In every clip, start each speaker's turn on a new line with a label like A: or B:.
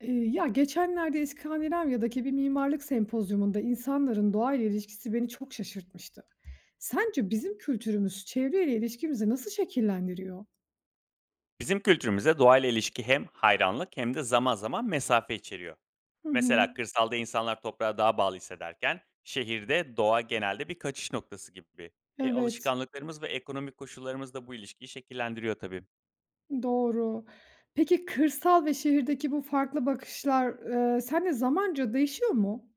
A: Geçenlerde İskandinavya'daki bir mimarlık sempozyumunda insanların doğayla ilişkisi beni çok şaşırtmıştı. Sence bizim kültürümüz çevreyle ilişkimizi nasıl şekillendiriyor?
B: Bizim kültürümüzde doğayla ilişki hem hayranlık hem de zaman zaman mesafe içeriyor.
A: Hı hı.
B: Mesela kırsalda insanlar toprağa daha bağlı hissederken şehirde doğa genelde bir kaçış noktası gibi.
A: Evet,
B: Alışkanlıklarımız ve ekonomik koşullarımız da bu ilişkiyi şekillendiriyor tabii.
A: doğru. Peki kırsal ve şehirdeki bu farklı bakışlar, seninle zamanca değişiyor mu?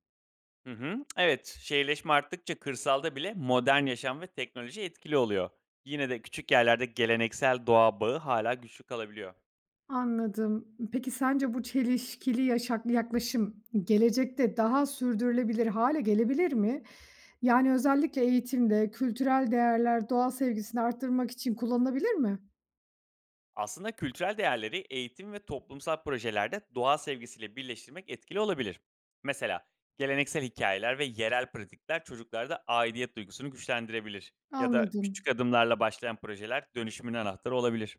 B: Hı hı. Evet, şehirleşme arttıkça kırsalda bile modern yaşam ve teknoloji etkili oluyor. Yine de küçük yerlerde geleneksel doğa bağı hala güçlü kalabiliyor.
A: Anladım. Peki sence bu çelişkili yaşak yaklaşım gelecekte daha sürdürülebilir hale gelebilir mi? Yani, özellikle eğitimde kültürel değerler, doğa sevgisini arttırmak için kullanılabilir mi?
B: Aslında kültürel değerleri eğitim ve toplumsal projelerde doğa sevgisiyle birleştirmek etkili olabilir. Mesela geleneksel hikayeler ve yerel pratikler çocuklarda aidiyet duygusunu güçlendirebilir. Ya da
A: Anladım.
B: küçük adımlarla başlayan projeler dönüşümün anahtarı olabilir.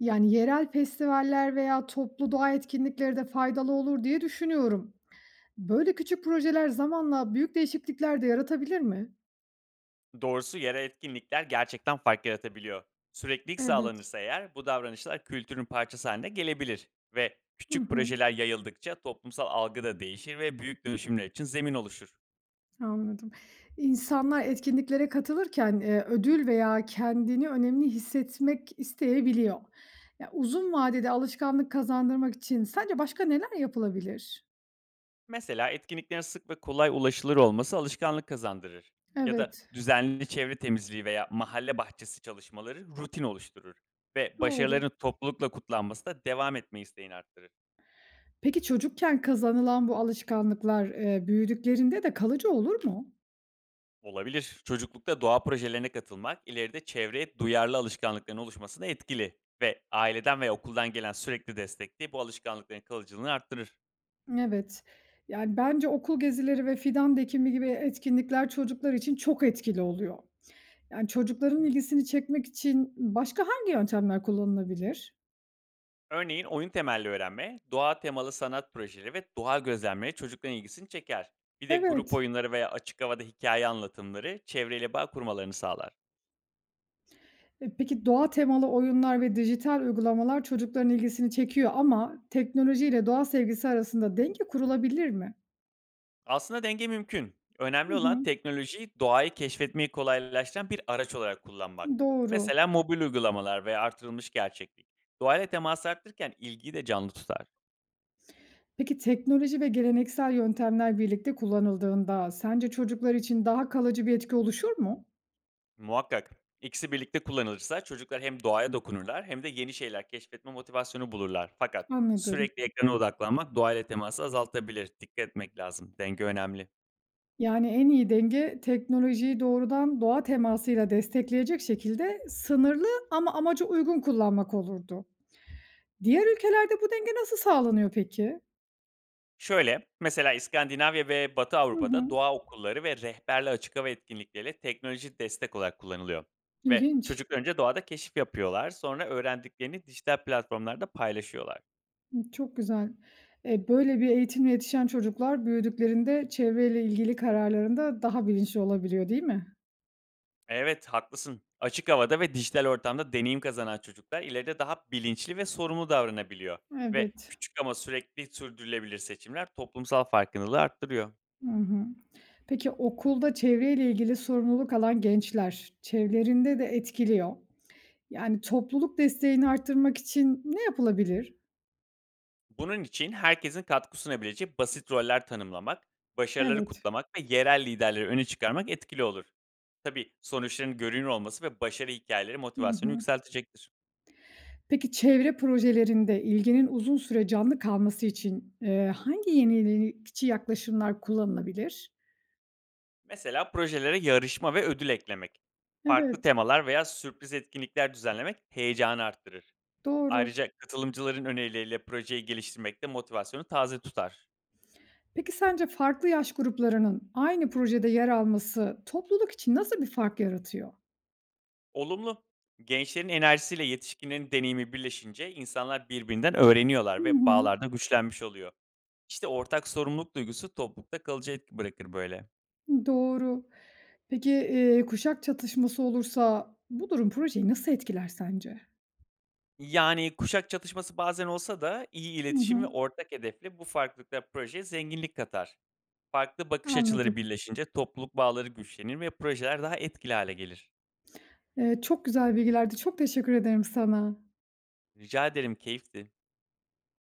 A: Yani, yerel festivaller veya toplu doğa etkinlikleri de faydalı olur diye düşünüyorum. Böyle küçük projeler zamanla büyük değişiklikler de yaratabilir mi?
B: Doğrusu yerel etkinlikler gerçekten fark yaratabiliyor. Süreklilik
A: Evet.
B: sağlanırsa eğer bu davranışlar kültürün parçası haline gelebilir ve
A: Hı
B: küçük
A: hı.
B: projeler yayıldıkça toplumsal algı da değişir ve büyük dönüşümler için zemin oluşur.
A: Anladım. İnsanlar etkinliklere katılırken, ödül veya kendini önemli hissetmek isteyebiliyor. Ya, uzun vadede alışkanlık kazandırmak için sence başka neler yapılabilir?
B: Mesela etkinliklerin sık ve kolay ulaşılır olması alışkanlık kazandırır. Ya da
A: Evet,
B: düzenli çevre temizliği veya mahalle bahçesi çalışmaları rutin oluşturur. Ve
A: doğru.
B: başarıların toplulukla kutlanması da devam etme isteğini arttırır.
A: Peki çocukken kazanılan bu alışkanlıklar, büyüdüklerinde de kalıcı olur mu?
B: Olabilir. Çocuklukta doğa projelerine katılmak ileride çevreye duyarlı alışkanlıkların oluşmasına etkili. Ve aileden veya okuldan gelen sürekli destek de bu alışkanlıkların kalıcılığını arttırır.
A: Evet. Yani, bence okul gezileri ve fidan dikimi gibi etkinlikler çocuklar için çok etkili oluyor. Yani, çocukların ilgisini çekmek için başka hangi yöntemler kullanılabilir?
B: Örneğin oyun temelli öğrenme, doğa temalı sanat projeleri ve doğa gözlemleri çocukların ilgisini çeker. Bir de grup
A: Evet.
B: oyunları veya açık havada hikaye anlatımları çevreyle bağ kurmalarını sağlar.
A: E, peki doğa temalı oyunlar ve dijital uygulamalar çocukların ilgisini çekiyor ama teknolojiyle doğa sevgisi arasında denge kurulabilir mi?
B: Aslında denge mümkün.
A: Hı
B: Önemli
A: hı.
B: olan teknolojiyi doğayı keşfetmeyi kolaylaştıran bir araç olarak kullanmak.
A: Doğru.
B: Mesela mobil uygulamalar veya artırılmış gerçeklik. Doğayla temas arttırırken ilgiyi de canlı tutar.
A: Peki teknoloji ve geleneksel yöntemler birlikte kullanıldığında sence çocuklar için daha kalıcı bir etki oluşur mu?
B: Muhakkak. İkisi birlikte kullanılırsa çocuklar hem doğaya dokunurlar hem de yeni şeyler keşfetme motivasyonu bulurlar. Fakat
A: Anladım.
B: sürekli ekrana odaklanmak doğayla teması azaltabilir. Dikkat etmek lazım. Denge önemli.
A: Yani en iyi denge teknolojiyi doğrudan doğa temasıyla destekleyecek şekilde sınırlı ama amaca uygun kullanmak olurdu. Diğer ülkelerde bu denge nasıl sağlanıyor peki?
B: Şöyle, mesela İskandinavya ve Batı
A: Hı
B: Avrupa'da
A: hı.
B: doğa okulları ve rehberli açık hava etkinlikleriyle teknoloji destek olarak kullanılıyor. Ve
A: İlginç.
B: çocuklar önce doğada keşif yapıyorlar, sonra öğrendiklerini dijital platformlarda paylaşıyorlar.
A: Çok güzel. E, böyle bir eğitimle yetişen çocuklar büyüdüklerinde çevreyle ilgili kararlarında daha bilinçli olabiliyor, değil mi?
B: Evet, haklısın. Açık havada ve dijital ortamda deneyim kazanan çocuklar ileride daha bilinçli ve sorumlu davranabiliyor. Ve
A: Evet.
B: küçük ama sürekli sürdürülebilir seçimler toplumsal farkındalığı arttırıyor.
A: Hı hı. Peki okulda çevreyle ilgili sorumluluk alan gençler çevrelerinde de etkiliyor. Yani topluluk desteğini arttırmak için ne yapılabilir?
B: Bunun için herkesin katkı sunabileceği basit roller tanımlamak, başarıları
A: Evet.
B: kutlamak ve yerel liderleri öne çıkarmak etkili olur. Tabii sonuçların görünür olması ve başarı hikayeleri
A: Hı
B: motivasyonu
A: hı.
B: yükseltecektir.
A: Peki çevre projelerinde ilginin uzun süre canlı kalması için, hangi yenilikçi yaklaşımlar kullanılabilir?
B: Mesela projelere yarışma ve ödül eklemek, farklı
A: Evet,
B: temalar veya sürpriz etkinlikler düzenlemek heyecanı arttırır.
A: doğru.
B: Ayrıca katılımcıların önerileriyle projeyi geliştirmekte motivasyonu taze tutar.
A: Peki sence farklı yaş gruplarının aynı projede yer alması topluluk için nasıl bir fark yaratıyor?
B: Olumlu. Gençlerin enerjisiyle yetişkinlerin deneyimi birleşince insanlar birbirinden
A: Hı
B: öğreniyorlar ve
A: hı.
B: bağlar güçlenmiş oluyor. İşte ortak sorumluluk duygusu toplulukta kalıcı etki bırakır böyle.
A: Doğru. Peki, kuşak çatışması olursa bu durum projeyi nasıl etkiler sence?
B: Yani kuşak çatışması bazen olsa da iyi
A: Hı hı,
B: iletişim ve ortak hedefle bu farklılıklar projeye zenginlik katar. Farklı bakış açıları
A: anladım.
B: birleşince topluluk bağları güçlenir ve projeler daha etkili hale gelir.
A: Çok güzel bilgilerdi. Çok teşekkür ederim sana.
B: Rica ederim keyifti.